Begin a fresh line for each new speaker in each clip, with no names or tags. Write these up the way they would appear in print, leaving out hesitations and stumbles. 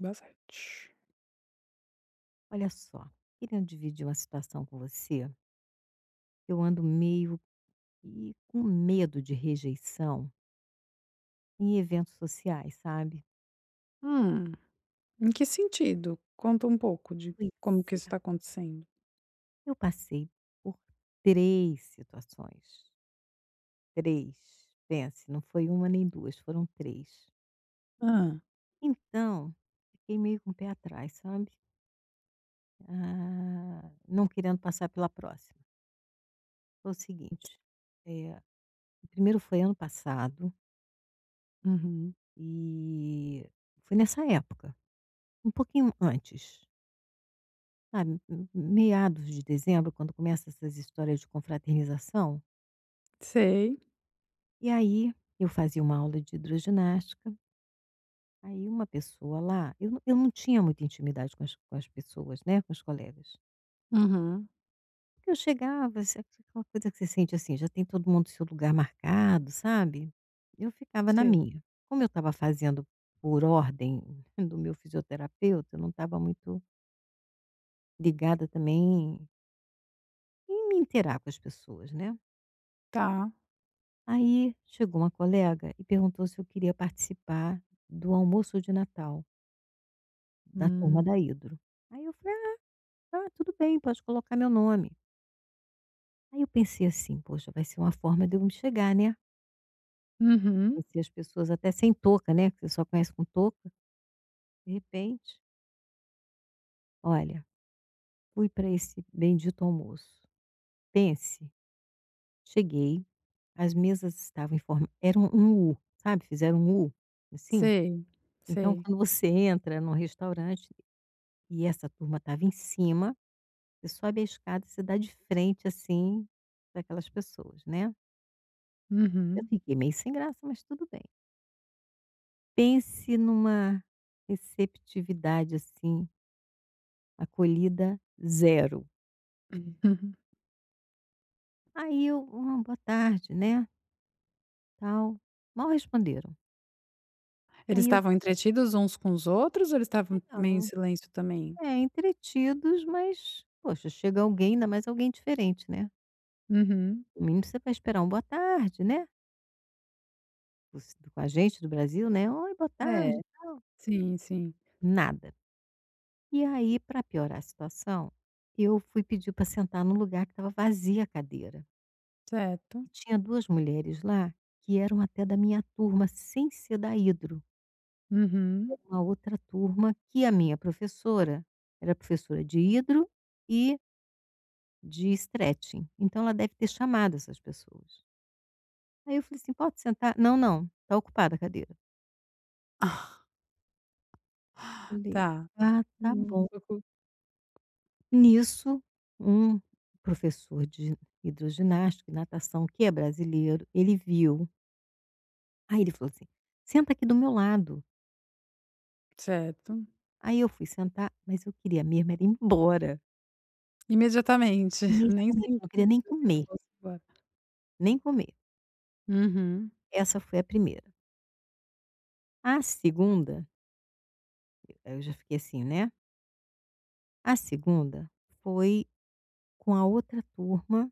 Bastante.
Olha só, queria dividir uma situação com você. Eu ando meio que com medo de rejeição em eventos sociais, sabe?
Hum. Em que sentido? Conta um pouco de como
Pois
que
é.
isso está acontecendo.
Eu passei por três situações. Três. Pense, não foi uma nem duas, foram três.
Ah.
Então, fiquei meio com o pé atrás, sabe? Ah, não querendo passar pela próxima. Foi o seguinte: eh, o primeiro foi ano passado
Uhum.
e foi nessa época. Um pouquinho antes, sabe, m meados de dezembro, quando começa essas histórias de confraternização,
Sei.
e aí eu fazia uma aula de hidroginástica, aí uma pessoa lá eu não tinha muita intimidade com as pessoas, né, com os colegas.
Uhum.
Porque eu chegava, sabe aquela coisa que você sente, assim, já tem todo mundo seu lugar marcado, sabe. Eu ficava na
Sei.
minha. Como eu estava fazendo por ordem do meu fisioterapeuta, eu não estava muito ligada também em me interar com as pessoas, né.
Tá.
Aí chegou uma colega e perguntou se eu queria participar do almoço de Natal da turma da
Hum.
Hidro. Aí eu falei: "Ah, tá, tudo bem, pode colocar meu nome". Aí eu pensei assim: "Poxa, vai ser uma forma de eu me chegar, né".
Uhum.
Conheci as pessoas até sem touca, né, que você só conhece com touca. De repente, olha, fui para esse bendito almoço. Pense, cheguei, as mesas estavam em forma eram um U, sabe, fizeram um U, assim.
Sei,
Então
sei.
quando você entra num restaurante E essa turma estava em cima, você sobe a escada e você dá de frente, assim, pra aquelas pessoas, né.
Uhum.
Eu
Uhum.
fiquei meio sem graça, mas tudo bem. Pense numa receptividade, assim, acolhida zero. Aí eu: boa tarde, né, tal", mal responderam.
Eles
Aí eu:
estavam entretidos uns com os outros ou eles estavam meio em
"Legal".
silêncio também?
É, entretidos, mas, poxa, chega alguém, ainda mais alguém diferente, né.
Uhum.
No mínimo você vai esperar um "boa tarde", né. Os com a gente do Brasil, né, "Oi, boa
É.
tarde".
Sim, sim.
Nada. E aí, para piorar a situação, eu fui pedir para sentar num lugar que estava vazia a cadeira.
Certo.
E tinha 2 mulheres lá que eram até da minha turma, sem ser da hidro.
Uhum.
Era uma outra turma que a minha professora era professora de hidro e de stretching, então ela deve ter chamado essas pessoas. Aí eu falei assim: "Pode sentar?". "Não, não, tá ocupada a cadeira". Falei:
Tá.
"Ah, tá
Hum.
bom".
Pouco
Nisso, um professor de hidroginástica e natação, que é brasileiro, ele viu. Aí ele falou assim: "Senta aqui do meu lado".
certo.
Aí eu fui sentar, mas eu queria mesmo era ir embora.
Imediatamente, nem se
Imediatamente, eu não queria nem comer,
acabou.
nem comer.
Uhum.
Essa foi a primeira. A segunda, eu já fiquei assim, né. A segunda foi com a outra turma,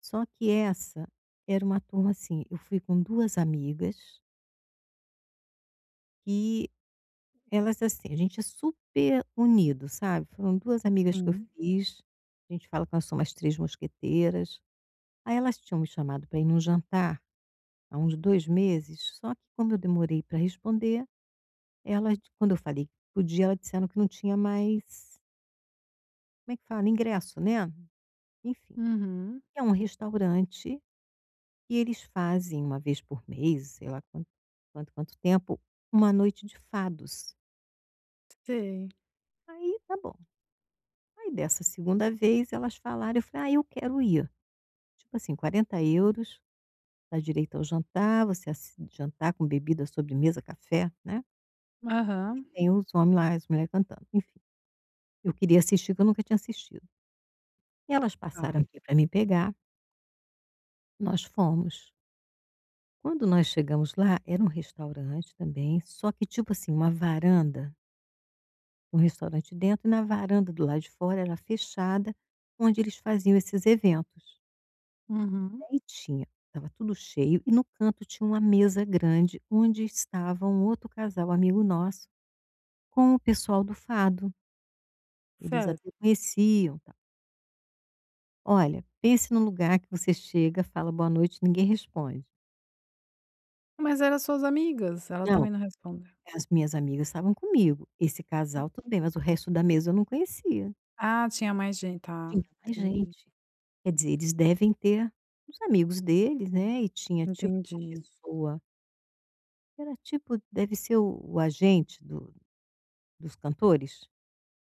só que essa era uma turma assim, eu fui com 2 amigas que Elas assim, a gente é super unido, sabe. Foram 2 amigas que eu
Sim.
fiz, a gente fala que nós somos as 3 mosqueteiras. Aí elas tinham me chamado para ir num jantar há uns 2 meses, só que como eu demorei para responder, elas quando eu falei que podia, elas disseram que não tinha mais, como é que fala? Ingresso, né. Enfim,
Uhum.
é um restaurante e eles fazem uma vez por mês, sei lá quanto quanto tempo, uma noite de fados.
Sei.
Aí tá bom. Aí dessa segunda vez elas falaram, eu falei: "Ah, eu quero ir". Tipo assim, 40 euros, dá direito ao jantar, você assi jantar com bebida, sobremesa, café, né, e
Aham.
tem os homens lá, as mulheres cantando, enfim. Eu queria assistir, que eu nunca tinha assistido. E elas
Tá.
passaram aqui para me pegar, nós fomos. Quando nós chegamos lá, era um restaurante também, só que tipo assim, uma varanda, um restaurante dentro e na varanda do lado de fora era fechada, onde eles faziam esses eventos.
Uhum.
Aí tinha estava tudo cheio e no canto tinha uma mesa grande onde estava um outro casal amigo nosso com o pessoal do fado, eles até
Certo.
conheciam, tal. Olha, pense num lugar que você chega, fala boa noite, ninguém responde.
Mas eram suas amigas? Elas
Não,
também não respondem?
as minhas amigas estavam comigo, esse
Hum.
casal tudo bem, mas o resto da mesa eu não conhecia,
Ah, tinha mais gente. Tá,
tinha mais
entendi,
gente. Quer dizer, eles devem ter os amigos deles, né, e tinha tipo uma
entendi.
pessoa, era tipo deve ser o agente do dos cantores?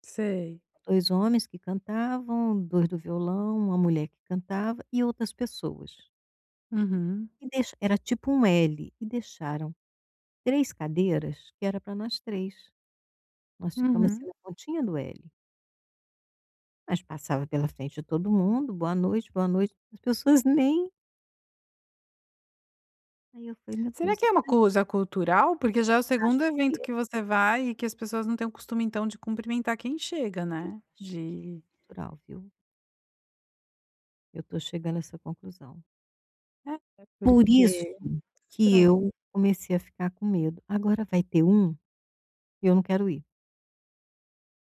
Sei.
Dois homens que cantavam, 2 do violão, uma mulher que cantava e outras pessoas.
Uhum.
E deixa era tipo um L, e deixaram 3 cadeiras que era para nós três. Nós ficamos,
Uhum.
assim, na pontinha do L, mas passava pela frente de todo mundo, boa noite", as pessoas nem aí eu falei: "Meu
Será
Deus,
que é uma
será que
coisa cultural? Porque já é o
eu acho
segundo evento
que é,
que você vai e que as pessoas não têm o costume, então, de cumprimentar quem chega,
eu
né,
acho que é
de
cultural, viu?". Eu estou chegando a essa conclusão.
é,
Por isso
porque
que
estranho.
eu comecei a ficar com medo. Agora vai ter um e eu não quero ir.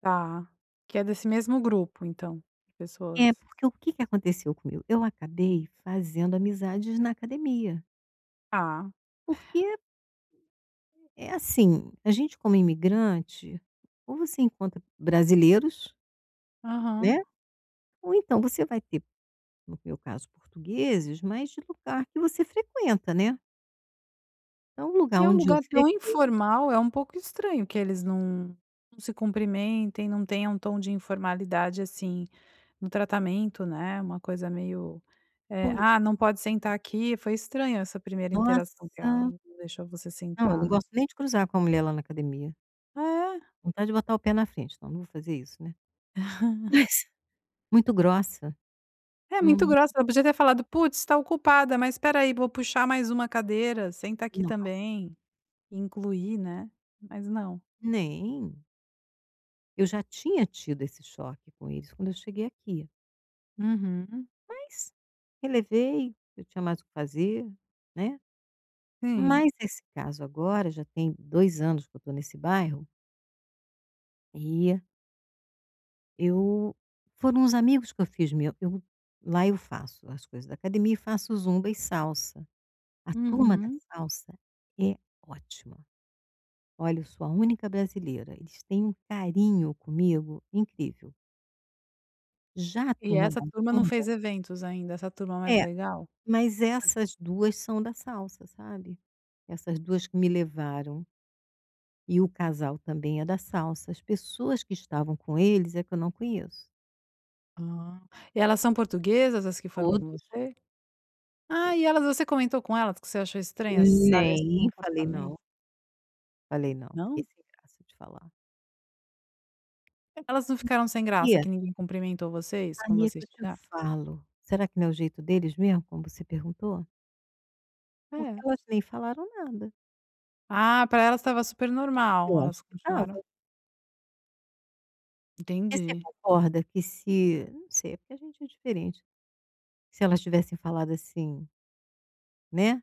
Tá. Que é desse mesmo grupo, então, de
É,
pessoas.
porque o que que aconteceu comigo? Eu acabei fazendo amizades na academia,
Tá.
porque é assim, a gente como imigrante, ou você encontra brasileiros,
Aham.
né, ou então você vai ter, no meu caso, portugueses, mas de lugar que você frequenta, né. Então o
E
lugar
é um
onde eu
lugar tão
frequento
informal, é um pouco estranho que eles não se cumprimentem, não tenham um tom de informalidade, assim, no tratamento, né, uma coisa meio,
pois é.
"Ah, não pode sentar aqui". Foi estranho essa primeira interação que ela
Nossa,
não deixou você
não, eu
sentar,
não
né.
gosto nem de cruzar com a mulher lá na academia.
É,
Vontade de botar o pé na frente, não, não vou fazer isso, né. Mas muito grossa.
é muito
Hum,
grossa, ela podia ter falado: "Putz, está ocupada, mas espera aí, vou puxar mais uma cadeira, senta aqui
nossa,
também". Incluir, né, mas não.
nem. Eu já tinha tido esse choque com eles quando eu cheguei aqui,
Uhum,
mas relevei, eu tinha mais o que fazer, né. Hum.
sim.
Mas esse caso agora, já tem 2 anos que eu estou nesse bairro, e eu foram uns amigos que eu fiz meu eu lá eu faço as coisas da academia e faço zumba e salsa. A turma da
Uhum.
salsa é ótima. Olha, eu sou a única brasileira, eles têm um carinho comigo incrível. Já a
E
turma
essa
da
turma não
zumba
fez eventos ainda, essa turma mais
é
legal?
Mas essas 2 são da salsa, sabe. Essas 2 que me levaram, e o casal também é da salsa. As pessoas que estavam com eles é que eu não conheço.
Ah, e elas são portuguesas, as que foram com
Todos?
você?
To
Ah, e elas você comentou com elas que você achou estranho essa esse
Nem falei não,
comportamento?
falei não, fiquei
Não?
sem graça de falar.
Elas não ficaram sem graça
Porque
que ninguém cumprimentou vocês quando
aí é que
vocês
eu te
chegaram?
falo, será que não é o jeito deles mesmo, como você perguntou? Porque
É.
elas nem falaram nada.
Ah, pra elas estava super
Eu
normal, elas
acho que estava.
continuaram
Porque você
entendi.
concorda que se não sei, é porque a gente é diferente. Se elas tivessem falado assim, né?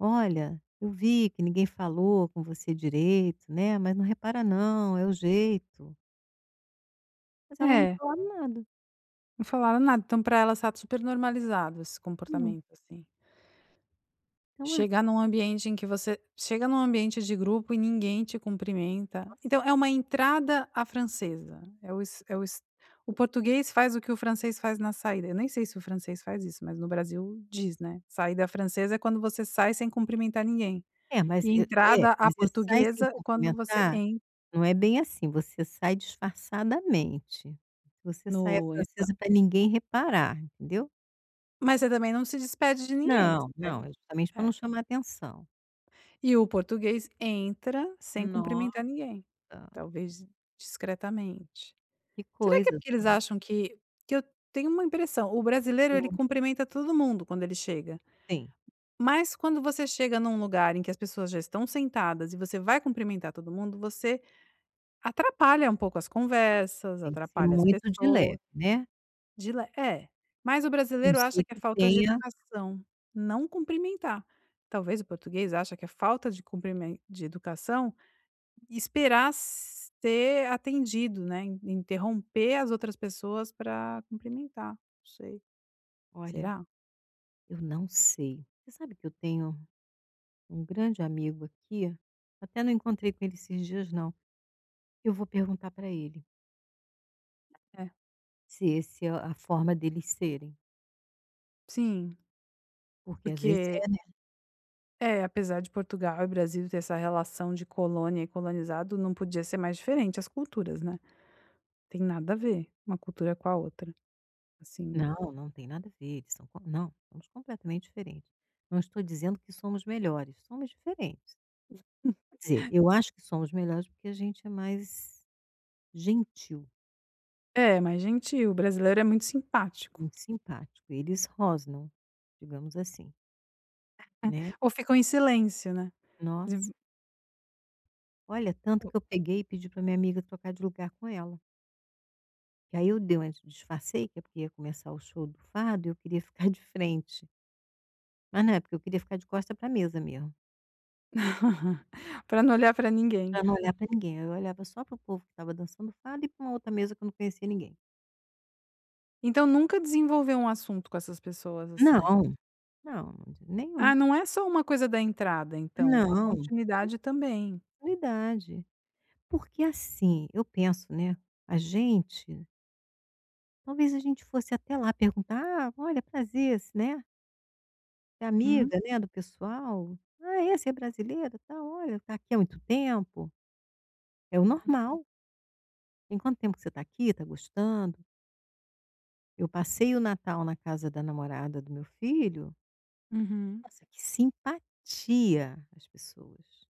Olha, eu vi que ninguém falou com você direito, né, mas não repara não, é o jeito. Mas elas não
É,
falaram nada.
não falaram nada, então pra elas tá super normalizado esse
Não.
comportamento, assim.
Então a
Chegar num ambiente em que você chega num ambiente de grupo e ninguém te cumprimenta.
Nossa.
Então é uma entrada à francesa, é o es o português faz o que o francês faz na saída, eu nem sei se o francês faz isso, mas no Brasil diz, né, saída francesa é quando você sai sem cumprimentar ninguém,
É, mas
e
eu é,
entrada à
você sai sem
portuguesa é quando você
cumprimentar,
en
não é bem assim, você sai disfarçadamente. Você sai a
no
francesa para ninguém reparar, entendeu.
mas você também não se despede de ninguém,
Não,
você pega
não, é justamente pra
é.
não chamar atenção.
E o português entra sem
Nossa,
cumprimentar ninguém, talvez discretamente.
que
Será que é
coisa,
porque eles acham que eu tenho uma impressão, o brasileiro ele cumprimenta todo mundo quando ele chega,
tem.
mas quando você chega num lugar em que as pessoas já estão sentadas e você vai cumprimentar todo mundo, você atrapalha um pouco as conversas,
Tem que ser
atrapalha as
muito de leve,
pessoas,
né,
de le é, mas o
não
brasileiro acha
sei
que é
que
falta de
tenha
educação, não cumprimentar. Talvez o português acha que é falta de cumprimen de educação. Esperar ser atendido, né, in interromper as outras pessoas para cumprimentar, não sei.
olha.
Será?
Eu não sei. Você sabe que eu tenho um grande amigo aqui, até não encontrei com ele esses dias não. Eu vou perguntar para ele
É.
se esse é a forma deles serem,
Sim,
porque às vezes
porque
é, né.
é, apesar de Portugal e Brasil ter essa relação de colônia e colonizado, não podia ser mais diferente as culturas, né. Tem nada a ver uma cultura com a outra, assim.
Não, não tem nada a ver, eles são co não, somos completamente diferentes. Não estou dizendo que somos melhores, somos diferentes. Quer dizer, eu acho que somos melhores porque a gente é mais gentil,
É, mais gentil, o brasileiro é muito simpático.
muito simpático, eles rosnam, digamos assim, né.
Ou ficam em silêncio, né.
Nossa.
De-
Olha, tanto que eu peguei e pedi para minha amiga trocar de lugar com ela. Que aí eu dei uma disfarcei, que é porque ia começar o show do fado e eu queria ficar de frente. Mas não é, porque eu queria ficar de costa para a mesa mesmo,
Pra não olhar pra ninguém.
para não olhar para ninguém. Eu olhava só para o povo que estava dançando fado e para uma outra mesa que eu não conhecia ninguém.
Então nunca desenvolveu um assunto com essas pessoas, assim.
Não, não, de nenhum.
Ah, não é só uma coisa da entrada então, a
Não, foi
continuidade também.
ingenuidade. Porque assim, eu penso, né, a gente talvez a gente fosse até lá perguntar: "Ah, olha, prazer", né. Da
Uhum,
amiga, né, do pessoal. "Ah, é? Você é brasileira, tá Olha, tá aqui há muito tempo". É o normal. "Tem quanto tempo que você tá aqui? Tá gostando?". Eu passei o Natal na casa da namorada do meu filho.
uhum.
Nossa, que simpatia as pessoas,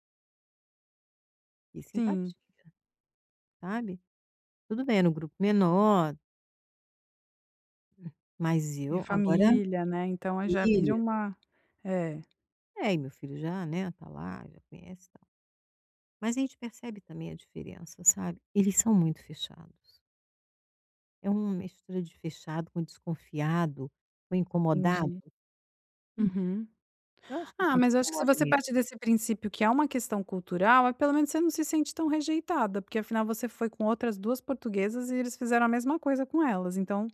que
Sim,
simpatia, sabe. Tudo bem, era um grupo menor, mas
e
eu agora
família, né, então aí já vira
família.
uma é,
É, e meu filho já, né, tá lá, já conhece e tal. Mas a gente percebe também a diferença, sabe. Eles são muito fechados. É uma mistura de fechado com desconfiado, com incomodado.
entendi. Uhum.
Eu acho que a
Ah,
gente
mas eu acho que se
incomoda
você
mesmo.
parte desse princípio que é uma questão cultural, aí pelo menos você não se sente tão rejeitada, porque afinal você foi com outras 2 portuguesas e eles fizeram a mesma coisa com elas, então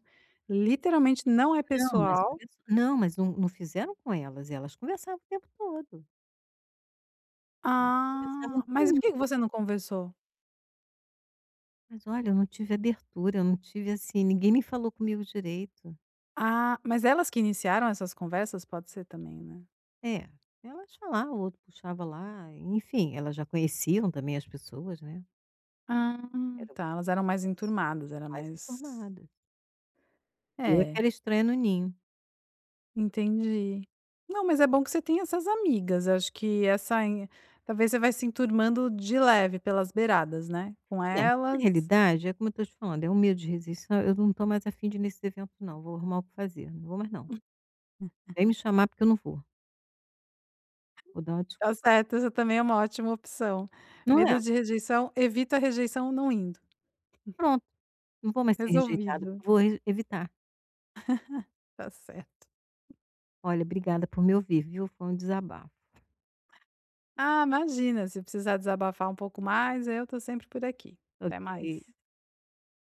literalmente não é
Não, mas
pessoal.
olha só não, mas não fizeram com elas, elas conversavam o tempo todo. Conversavam
Ah, mas e por
comigo.
que que você não conversou?
Mas olha, eu não tive abertura, eu não tive assim, ninguém nem falou comigo direito.
Ah, mas elas que iniciaram essas conversas? Pode ser também, né.
É, elas falavam, o outro puxava lá, enfim, elas já conheciam também as pessoas, né.
Ah,
Era o
tá, elas eram mais enturmadas,
eram
era
mais
mais
informadas. Eu é que
é,
era estranha no ninho.
entendi. Não, mas é bom que você tenha essas amigas. Eu acho que essa em talvez você vai se enturmando de leve pelas beiradas, né, com
É, na
elas
realidade, é como eu estou te falando, é um medo de rejeição, eu não estou mais afim de ir nesses eventos não, vou arrumar o que fazer, não vou mais não. Vem me chamar porque eu não vou, vou dar uma desculpa.
tá certo, essa também é uma ótima opção.
Não é?
Medo de rejeição, evita a rejeição não indo,
Pronto, não vou mais ser rejeitada,
resolvido,
vou re evitar.
tá certo.
Olha, obrigada por me ouvir, viu, foi um desabafo.
Ah, imagina, se precisar desabafar um pouco mais, eu tô sempre por aqui. Até
Ok.
mais.